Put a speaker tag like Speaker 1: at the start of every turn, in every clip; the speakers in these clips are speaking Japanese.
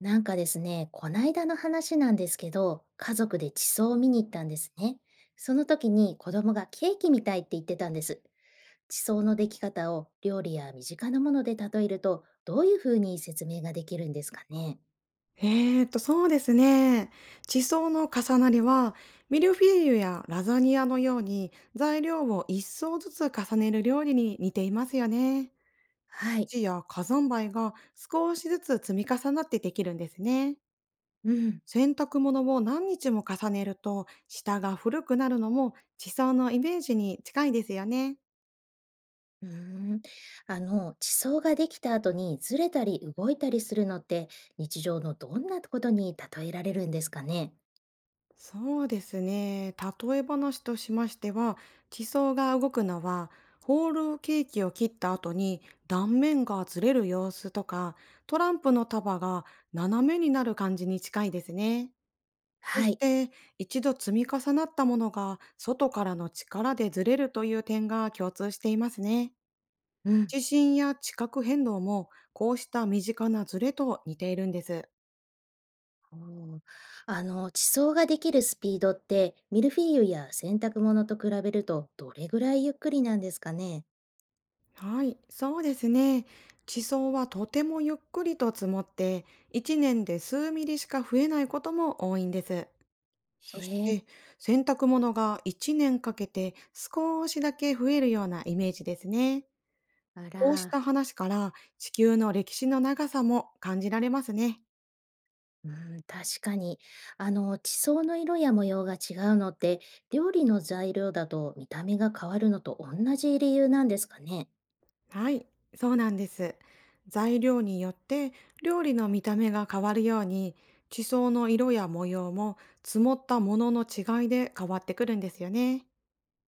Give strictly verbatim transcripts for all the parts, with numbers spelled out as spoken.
Speaker 1: なんかですね、こないだの話なんですけど、家族で地層を見に行ったんですね。その時に子供がケーキみたいって言ってたんです。地層のでき方を料理や身近なもので例えると、どういうふうに説明ができるんですかね。
Speaker 2: えーと、そうですね。地層の重なりは、ミルフィーユやラザニアのように材料を一層ずつ重ねる料理に似ていますよね。
Speaker 1: はい。
Speaker 2: 地や火山灰が少しずつ積み重なってできるんですね。
Speaker 1: うん。
Speaker 2: 洗濯物を何日も重ねると、下が古くなるのも地層のイメージに近いですよね。
Speaker 1: うーん。あの、地層ができた後にずれたり動いたりするのって、日常のどんなことに例えられるんですかね。
Speaker 2: そうですね。例え話としましては、地層が動くのは、ホールケーキを切った後に断面がずれる様子とか、トランプの束が斜めになる感じに近いですね。そ
Speaker 1: は
Speaker 2: し
Speaker 1: い。
Speaker 2: て、一度積み重なったものが外からの力でずれるという点が共通していますね。
Speaker 1: うん。
Speaker 2: 地震や地殻変動もこうした身近なずれと似ているんです。
Speaker 1: おー。あの、地層ができるスピードって、ミルフィーユや洗濯物と比べるとどれぐらいゆっくりなんですかね。
Speaker 2: はい、そうですね。地層はとてもゆっくりと積もって、いちねんで数ミリしか増えないことも多いんです。そし
Speaker 1: へえ、
Speaker 2: て、洗濯物がいちねんかけて少しだけ増えるようなイメージですね。
Speaker 1: あ
Speaker 2: こうした
Speaker 1: ら、
Speaker 2: 話から、地球の歴史の長さも感じられますね。
Speaker 1: うん、確かに。あの、地層の色や模様が違うのって、料理の材料だと見た目が変わるのと同じ理由なんですかね。
Speaker 2: はい、そうなんです。材料によって料理の見た目が変わるように、地層の色や模様も積もったものの違いで変わってくるんですよね。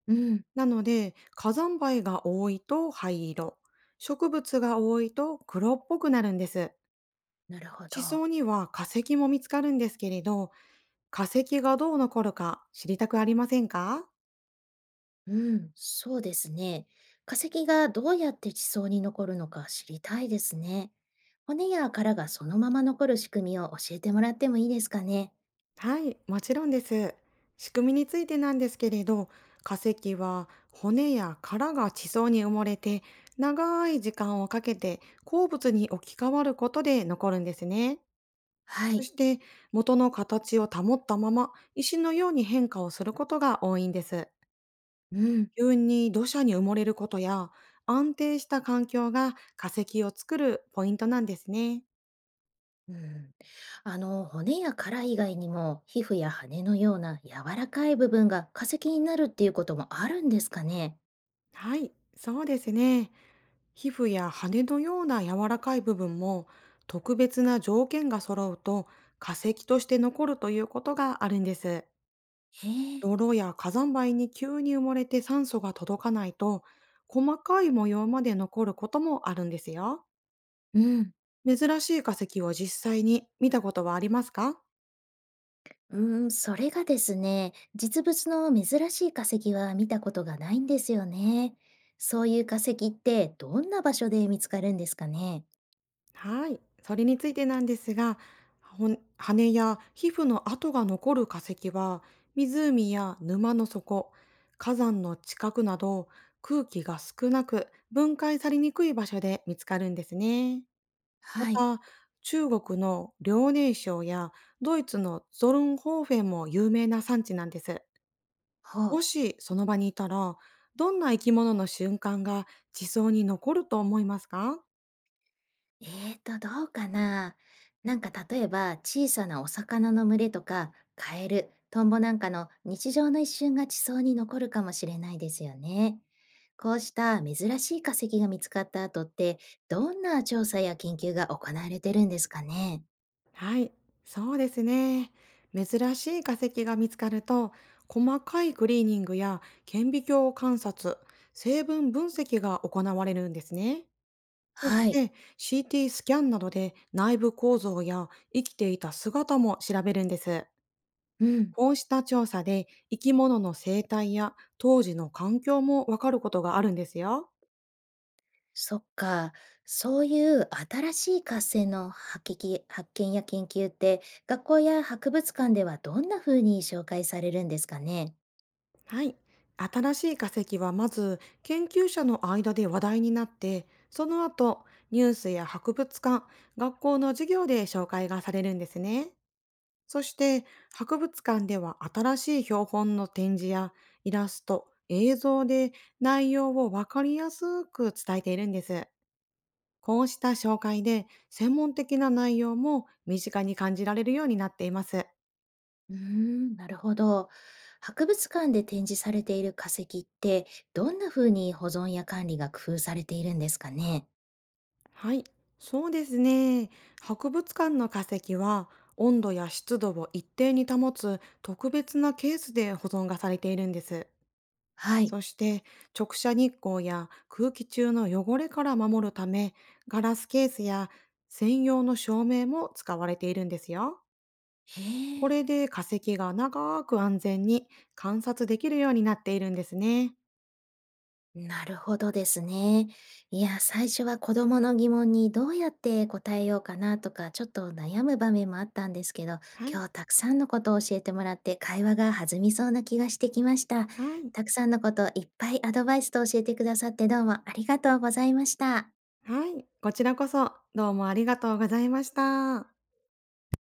Speaker 1: うん、
Speaker 2: なので、火山灰が多いと灰色、植物が多いと黒っぽくなるんです。
Speaker 1: なるほ
Speaker 2: 地
Speaker 1: ど。
Speaker 2: 層には化石も見つかるんですけれど、化石がどう残るか知りたくありませんか？
Speaker 1: うん、そうですね。化石がどうやって地層に残るのか知りたいですね。骨や殻がそのまま残る仕組みを教えてもらってもいいですかね。
Speaker 2: はい、もちろんです。仕組みについてなんですけれど、化石は骨や殻が地層に埋もれて、長い時間をかけて鉱物に置き換わることで残るんですね。
Speaker 1: は
Speaker 2: そ
Speaker 1: い。
Speaker 2: して、元の形を保ったまま、石のように変化をすることが多いんです。
Speaker 1: うん。
Speaker 2: 急に土砂に埋もれることや、安定した環境が化石を作るポイントなんですね。
Speaker 1: うん、あの骨や殻以外にも皮膚や羽のような柔らかい部分が化石になるっていうこともあるんですかね。
Speaker 2: はい、そうですね。皮膚や羽のような柔らかい部分も、特別な条件が揃うと化石として残るということがあるんです。
Speaker 1: へえ。
Speaker 2: 泥や火山灰に急に埋もれて酸素が届かないと、細かい模様まで残ることもあるんですよ。
Speaker 1: うん。
Speaker 2: 珍しい化石を実際に見たことはありますか？
Speaker 1: うん、それがですね、実物の珍しい化石は見たことがないんですよね。そういう化石ってどんな場所で見つかるんですかね。
Speaker 2: はい。それについてなんですが、骨羽や皮膚の跡が残る化石は、湖や沼の底、火山の近くなど、空気が少なく分解されにくい場所で見つかるんですね。ま
Speaker 1: はい。
Speaker 2: た、中国の遼寧省やドイツのゾルンホーフェンも有名な産地なんです。
Speaker 1: は
Speaker 2: も
Speaker 1: あ。
Speaker 2: しその場にいたら、どんな生き物の瞬間が地層に残ると思いますか？
Speaker 1: えーと、どうかな。なんか例えば、小さなお魚の群れとか、カエル、トンボなんかの日常の一瞬が地層に残るかもしれないですよね。こうした珍しい化石が見つかった後って、どんな調査や研究が行われてるんですかね。
Speaker 2: はい、そうですね。珍しい化石が見つかると、細かいクリーニングや顕微鏡観察、成分分析が行われるんですね。そし
Speaker 1: はい。
Speaker 2: て シーティー スキャンなどで内部構造や生きていた姿も調べるんです。
Speaker 1: うん。
Speaker 2: こうした調査で生き物の生態や当時の環境もわかることがあるんですよ。
Speaker 1: そっか。そういう新しい活性の発揮発見や研究って、学校や博物館ではどんな風に紹介されるんですかね。
Speaker 2: はい。新しい化石はまず研究者の間で話題になって、その後ニュースや博物館、学校の授業で紹介がされるんですね。そして博物館では新しい標本の展示やイラスト、映像で内容をわかりやすく伝えているんです。こうした紹介で専門的な内容も身近に感じられるようになっています。
Speaker 1: うーん、なるほど。博物館で展示されている化石って、どんな風に保存や管理が工夫されているんですかね。
Speaker 2: はい、そうですね。博物館の化石は温度や湿度を一定に保つ特別なケースで保存がされているんです。
Speaker 1: はい。
Speaker 2: そして直射日光や空気中の汚れから守るため、ガラスケースや専用の照明も使われているんですよ。
Speaker 1: へ
Speaker 2: こ
Speaker 1: え、
Speaker 2: れで化石が長く安全に観察できるようになっているんですね。
Speaker 1: なるほどですね。いや、最初は子供の疑問にどうやって答えようかなとか、ちょっと悩む場面もあったんですけど、
Speaker 2: は
Speaker 1: 今
Speaker 2: い、
Speaker 1: 日たくさんのことを教えてもらって会話が弾みそうな気がしてきました。
Speaker 2: はい、
Speaker 1: たくさんのこといっぱいアドバイスと教えてくださってどうもありがとうございました。
Speaker 2: はい。こちらこそどうもありがとうございました。